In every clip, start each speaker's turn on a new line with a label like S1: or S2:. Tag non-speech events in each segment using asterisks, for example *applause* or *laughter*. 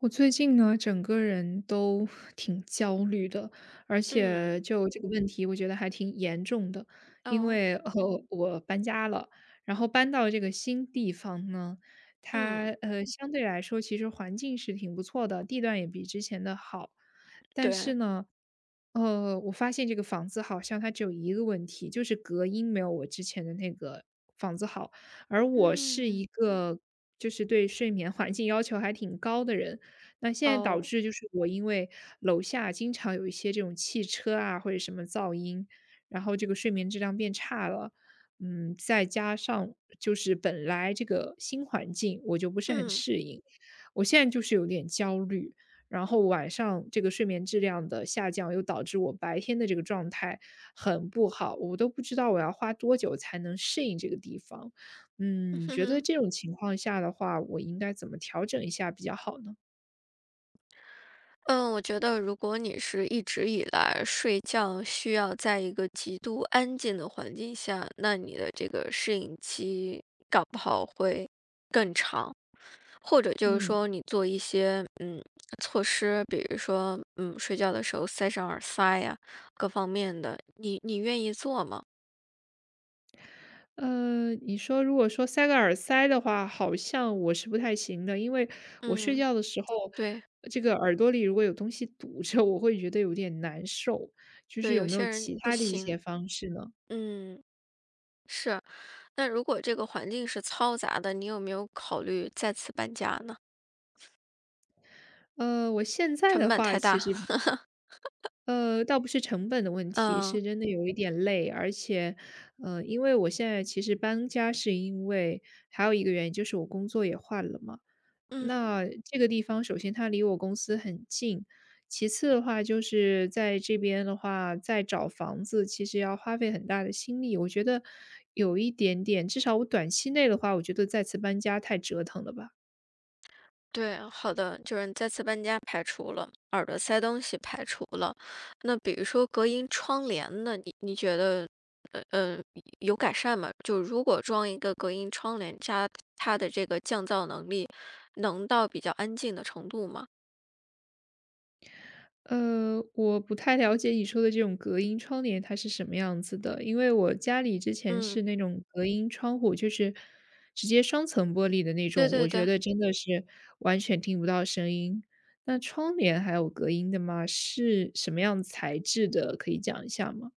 S1: 我最近呢，整个人都 *laughs* 挺焦虑的，而且
S2: 嗯，
S1: 就这个问题，我觉得还挺严重的。因
S2: 哦，
S1: 为我搬家了，然后搬到这个新地方呢，它
S2: 嗯，
S1: 相对来说其实环境是挺不错的，地段也比之前的好，但是
S2: 对，
S1: 呢，我发现这个房子好像它只有一个问题，就是隔音没有我之前的那个房子好，而我是一
S2: 嗯，
S1: 个就是对睡眠环境要求还挺高的人。那现在导
S2: 哦，
S1: 致就是我因为楼下经常有一些这种汽车啊或者什么噪音，然后这个睡眠质量变差了。再加上就是本来这个新环境我就不是很
S2: 嗯，
S1: 适
S2: *laughs*
S1: 应，我现在就是有点焦虑，然后晚上这个睡眠质量的下降又导致我白天的这个状态很不好，我都不知道我要花多久才能适应这个地方。
S2: 嗯
S1: 你
S2: 哼
S1: 觉得
S2: 哼，
S1: 这种情况下的话，我应该怎么调整一下比较好呢？
S2: 嗯我觉得如果你是一直以来睡觉需要在一个极度安静的环境下，那你的这个适应期搞不好会更长，或者就是
S1: 嗯，
S2: 说你做一些措施，比如说睡觉的时候塞上耳塞呀，各方面的，你愿意做吗？
S1: 你说如果说塞个耳塞的话，好像我是不太行的，因为我睡
S2: 嗯，
S1: 觉的时候，
S2: 对
S1: 这个耳朵里如果有东西堵着，我会觉得有点难受。就是
S2: 对，
S1: 有
S2: 有
S1: 没有
S2: 些
S1: 其
S2: 人不
S1: 他的一些
S2: 行，
S1: 方式呢？
S2: 嗯。是，那如果这个环境是嘈杂的，你有没有考虑再次搬家呢？
S1: 我现在
S2: 成
S1: 的
S2: 本
S1: 话，
S2: 太
S1: 其
S2: 大。
S1: 实，
S2: *laughs*
S1: 倒不是成本的问题，
S2: 嗯
S1: 是真的有一点累，而且，因为我现在其实搬家是因为还有一个原因，就是我工作也换了嘛。
S2: 嗯，
S1: 那这个地方，首先它离我公司很近，其次的话，就是在这边的话，再找房子其实要花费很大的心力，我觉得有一点点，至少我短期内的话，我觉得再次搬家太折腾了吧。
S2: 对，好的，就是再次搬家排除了，耳朵塞东西排除了。那比如说隔音窗帘呢，你觉得，呃呃，有改善吗？就如果装一个隔音窗帘，加它的这个降噪能力，能到比较安静的程度吗？
S1: 我不太了解你说的这种隔音窗帘它是什么样子的，因为我家里之前
S2: 嗯，
S1: 是那种隔音窗户，就是直接双层玻璃的那
S2: 对
S1: 种，
S2: 对
S1: 我觉
S2: 对。
S1: 得真的是完全听不到声音。那窗帘还有隔音的吗？是什么样材质的？可以讲一下吗？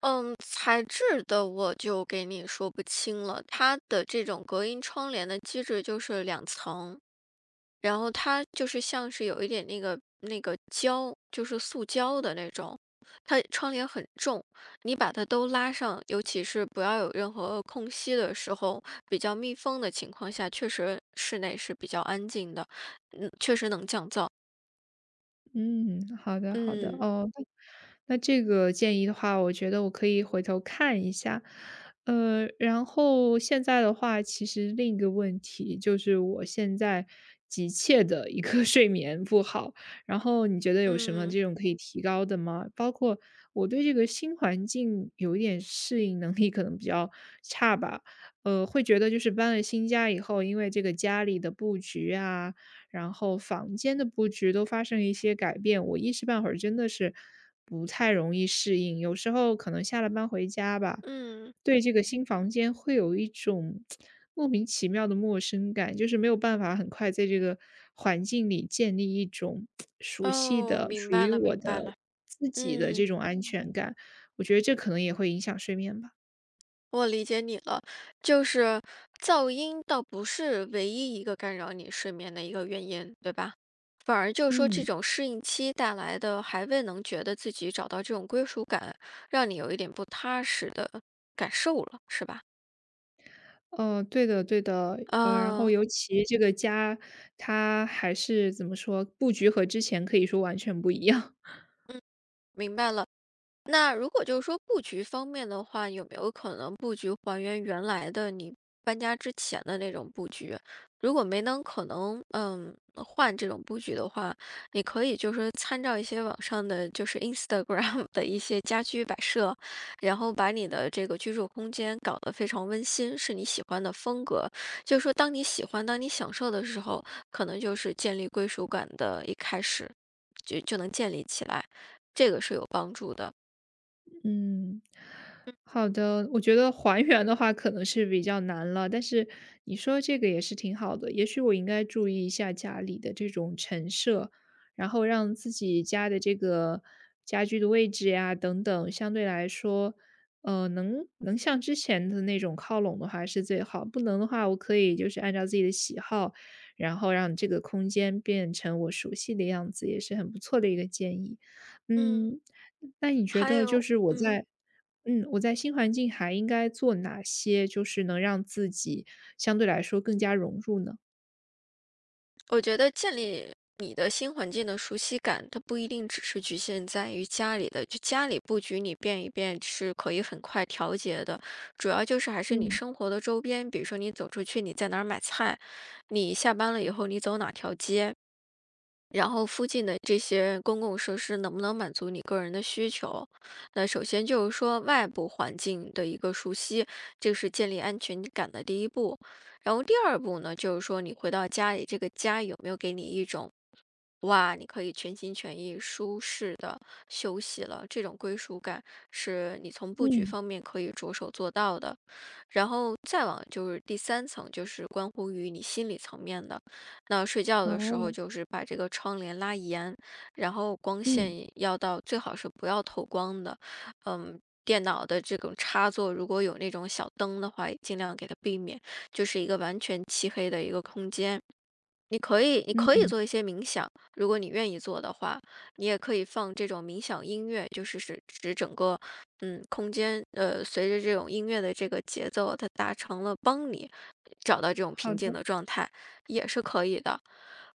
S2: 嗯，材质的我就给你说不清了。它的这种隔音窗帘的机制就是两层，然后它就是像是有一点那个胶，就是塑胶的那种。它窗帘很重，你把它都拉上，尤其是不要有任何空隙的时候，比较密封的情况下，确实室内是比较安静的，嗯，确实能降噪。
S1: 嗯，好的好的，
S2: 嗯
S1: 哦，那这个建议的话，我觉得我可以回头看一下。然后现在的话，其实另一个问题就是我现在急切的一个 *laughs* 睡眠不好，然后你觉得有什么
S2: 嗯
S1: 这种可以提高的吗？包括我对这个新环境有一点适应能力可能比较差吧，会觉得就是搬了新家以后，因为这个家里的布局啊。然后房间的布局都发生一些改变，我一时半会儿真的是不太容易适应。有时候可能下了班回家吧，
S2: 嗯，
S1: 对这个新房间会有一种 *tsk* 莫名其妙的陌生感，就是没有办法很快在这个环境里建立一种 *tsk* 熟悉
S2: 哦，
S1: 的、
S2: 明
S1: 属
S2: 白
S1: 于
S2: 了
S1: 我
S2: 明白
S1: 的
S2: 了，
S1: 自己的
S2: 嗯。
S1: 这种安全感。我觉得这可能也会影响睡眠吧。
S2: 我理解你了，就是噪音倒不是唯一一个干扰你睡眠的一个原因，对吧？反而就是说这
S1: 嗯。
S2: 种适应期带来的，还未能觉得自己找到这种归属感，让你有一点不踏实的感受了，是吧？
S1: 对的对的，然后
S2: 嗯
S1: 尤其这个家，它还是怎么说，布局和之前可以说完全不一样。
S2: 嗯，明白了。那如果就是说布局方面的话，有没有可能布局还原原来的你搬家之前的那种布局？如果没能可能，嗯，换这种布局的话，你可以就是参照一些网上的就是 Instagram 的一些家居摆设，然后把你的这个居住空间搞得非常温馨，是你喜欢的风格。就是说，当你喜欢、当你享受的时候，可能就是建立归属感的一开始，就能建立起来，这个是有帮助的。
S1: 嗯，好的。我觉得还原的话可能是比较难了，但是你说这个也是挺好的，也许我应该注意一下家里的这种陈设，然后让自己家的这个家居的位置呀等等，相对来说，能像之前的那种靠拢的话是最好，不能的话，我可以就是按照自己的喜好，然后让这个空间变成我熟悉的样子，也是很不错的一个建议。
S2: 嗯，
S1: 嗯，那你觉
S2: 还
S1: 得就
S2: 有，
S1: 是我
S2: 嗯，
S1: 在嗯，我在新环境还应该做哪些，就是能让自己相对来说更加融入呢？
S2: 我觉得建立你的新环境的熟悉感，它不一定只是局限在于家里的，就家里布局你变一变是可以很快调节的，主要就是还是你
S1: 嗯，
S2: 生活的周边，比如说你走出去，你在哪儿买菜，你下班了以后你走哪条街，然后附近的这些公共设施能不能满足你个人的需求？那首先就是说外部环境的一个熟悉，这是建立安全感的第一步。然后第二步呢，就是说你回到家里，这个家有没有给你一种哇，你可以全心全意、舒适的休息了，这种归属感是你从布局
S1: 嗯，
S2: 方面可以着手做到的。然后再往就是第三层，就是关乎于你心理层面的。那睡觉的时候，
S1: 哦，
S2: 就是把这个窗帘拉严，然后光
S1: 嗯，
S2: 线要到最好是不要透光的。嗯，电脑的这种插座如果有那种小灯的话，也尽量给它避免，就是一个完全漆黑的一个空间。你可以，你可以
S1: 嗯，
S2: 做一些冥想，如果你愿意做的话，你也可以放这种冥想音乐，就是使整个空间，随着这种音乐的这个节奏，它达成了帮你找到这种
S1: 好
S2: 平静
S1: 的，
S2: 的状态，也是可以的。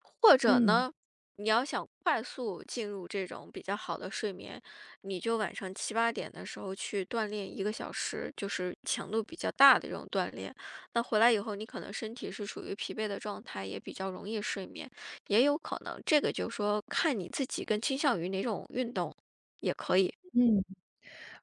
S2: 或者
S1: 嗯，
S2: 呢，你要想快速进入这种比较好的睡眠，你就晚上七八点的时候去锻炼一个小时，就是强度比较大的这种锻炼。那回来以后，你可能身体是处于疲惫的状态，也比较容易睡眠，也有可能这个就说看你自己更倾向于哪种运动，也可以。
S1: 嗯。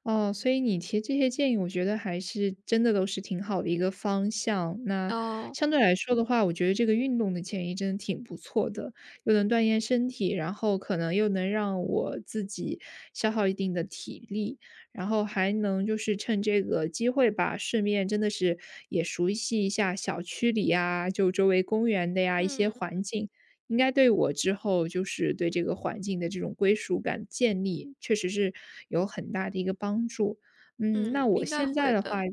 S1: 哦，所以你提这些建议，我觉得还是真的都是挺好的一个方向。那
S2: 哦，
S1: 相对来说的话，我觉得这个运动的建议真的挺不错的，又能锻炼身体，然后可能又能让我自己消耗一定的体力，然后还能就是趁这个机会吧，顺便真的是也熟悉一下小区里呀，就周围公园的呀一些
S2: 嗯
S1: 环境。应该对我之后就是对这个环境的这种归属感建立，确实是有很大的一个帮助。嗯，那
S2: 嗯，
S1: 我
S2: 应该
S1: 现在
S2: 会
S1: 的话
S2: 的，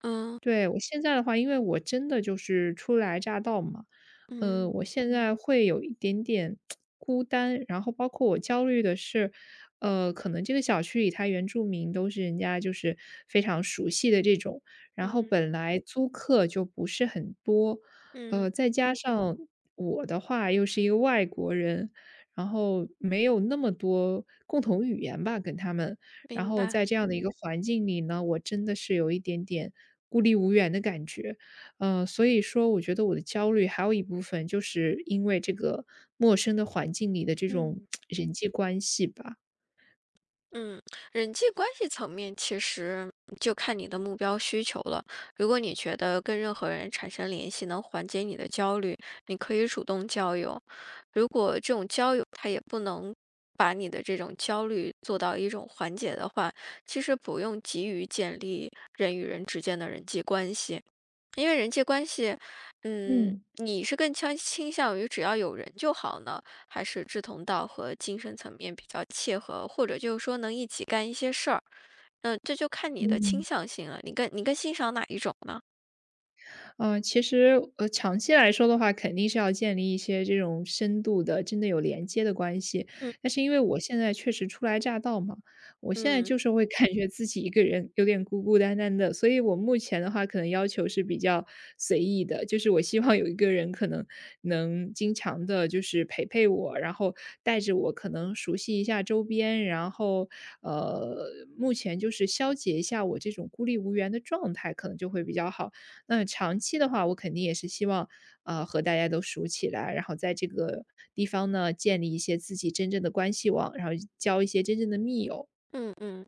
S2: 嗯
S1: 对，我现在的话因为我真的就是初来乍到嘛，
S2: 嗯
S1: 我现在会有一点点孤单，然后包括我焦虑的是，可能这个小区里它原住民都是人家就是非常熟悉的这种，然后
S2: 嗯
S1: 本来租客就不是很多，
S2: 嗯，
S1: 再加上我的话又是一个外国人，然后没有那么多共同语言吧跟他们，然
S2: 明
S1: 后
S2: 白，
S1: 在这样的一个环境里呢，我真的是有一点点孤立无援的感觉。所以说我觉得我的焦虑还有一部分就是因为这个陌生的环境里的这种
S2: 嗯。
S1: *tsk* 人际关系吧。
S2: 嗯，人际关系层面其实就看你的目标需求了。如果你觉得跟任何人产生联系能缓解你的焦虑，你可以主动交友。如果这种交友它也不能把你的这种焦虑做到一种缓解的话，其实不用急于建立人与人之间的人际关系。因为人际关系，嗯，
S1: 嗯
S2: 你是更倾向于只要有人就好呢，还是志同道合、精神层面比较契合，或者就是说能一起干一些事儿？嗯，这就看你的
S1: 嗯。
S2: 倾
S1: 嗯。
S2: 向性了。你更欣赏哪一种呢？
S1: 其实，长期来说的话，肯定是要建立一些这种深度的、真的有连接的关系。
S2: 嗯
S1: 但是因为我现在确实初来乍到嘛，我现在
S2: 嗯。
S1: 就是会感觉自己一个人有点孤孤单单的，所以我目前的话，可能要求是比较随意的，就是我希望有一个人可能能经常的，就是陪陪我，然后带着我，可能熟悉一下周边，然后呃，目前就是消解一下我这种孤立无援的状态，可能就会比较好。那长期的话，我肯定也是希望，和大家都熟起来，然后在这个地方呢，建立一些自己真正的关系网，然后交一些真正的密友。
S2: 嗯嗯。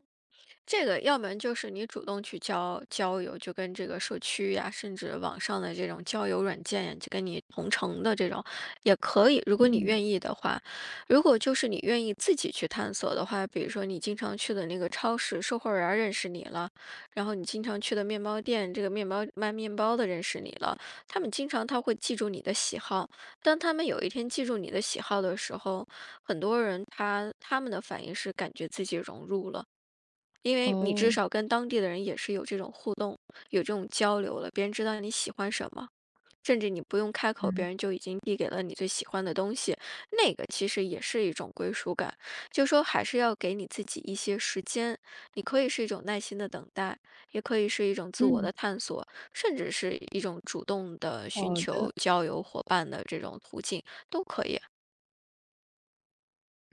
S2: 这个要不然就是你主动去交友，就跟这个社区呀，甚至网上的这种交友软件呀，就跟你同城的这种也可以，如果你
S1: 嗯。
S2: 愿意的话。如果就是你愿意自己去探索的话，比如说你经常去的那个超市，售货员儿认识你了，然后你经常去的面包店，这个面包卖面包的认识你了，他们经常他会记住你的喜好。当他们有一天记住你的喜好的时候，很多人他们的反应是感觉自己融入了。因为你至
S1: 哦，
S2: 少跟当地的人也是有这种互动，有这种交流了，别人知道你喜欢什么，甚至你不用开口，别
S1: 嗯。
S2: 人就已经递给了你最喜欢的东西，那个其实也是一种归属感。就说还是要给你自己一些时间，你可以是一种耐心的等待，也可以是一种自我
S1: 嗯，
S2: 的探索，甚至是一种主动的寻
S1: 好
S2: 求
S1: 的。
S2: 交友伙伴的这种途径，都可以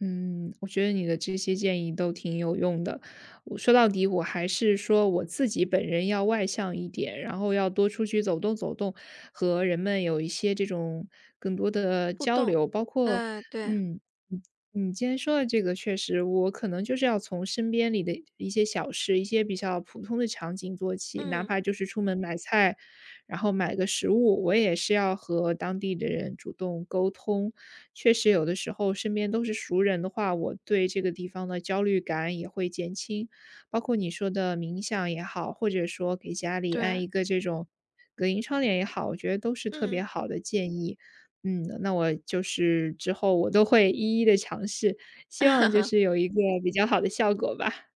S1: 嗯，我觉得你的这些建议都挺有用的。我说到底，我还是说我自己本人要外向一点，然后要多出去走动走动，和人们有一些这种更多的
S2: 互
S1: 交
S2: 动。
S1: 流。包括，
S2: 对对，
S1: 嗯，你你今天说的这个，确实，我可能就是要从身边里的一些小事、一些比较普通的场景做起，哪
S2: 嗯，
S1: 怕就是出门买菜，然后买个食物，我也是要和当地的人主动沟通。确实有的时候身边都是熟人的话，我对这个地方的焦虑感也会减轻。包括你说的冥想也好，或者说给家里安
S2: 对，
S1: 一个这种隔音窗帘也好，我觉得都是特别
S2: 嗯。
S1: 好的建议。那我就是之后我都会一一的尝试，希望就是
S2: *laughs*
S1: 有一个比较好的效果吧。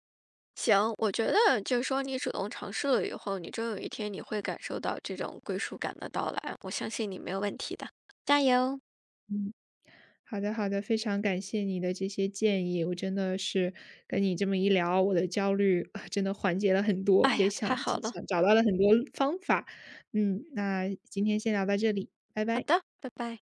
S2: 行，我觉得就是说，你主动尝试了以后，你终有一天你会感受到这种归属感的到来，我相信你没有问题的，加油！
S1: 好的，好的，非常感谢你的这些建议，我真的是跟你这么一聊，我的焦虑啊 *laughs* 真的缓解了很多，
S2: 哎
S1: 也
S2: 呀，太
S1: 想
S2: 好了，
S1: 想找到了很多方法。那今天先聊到这里，拜
S2: 好
S1: 拜。
S2: 的，拜拜。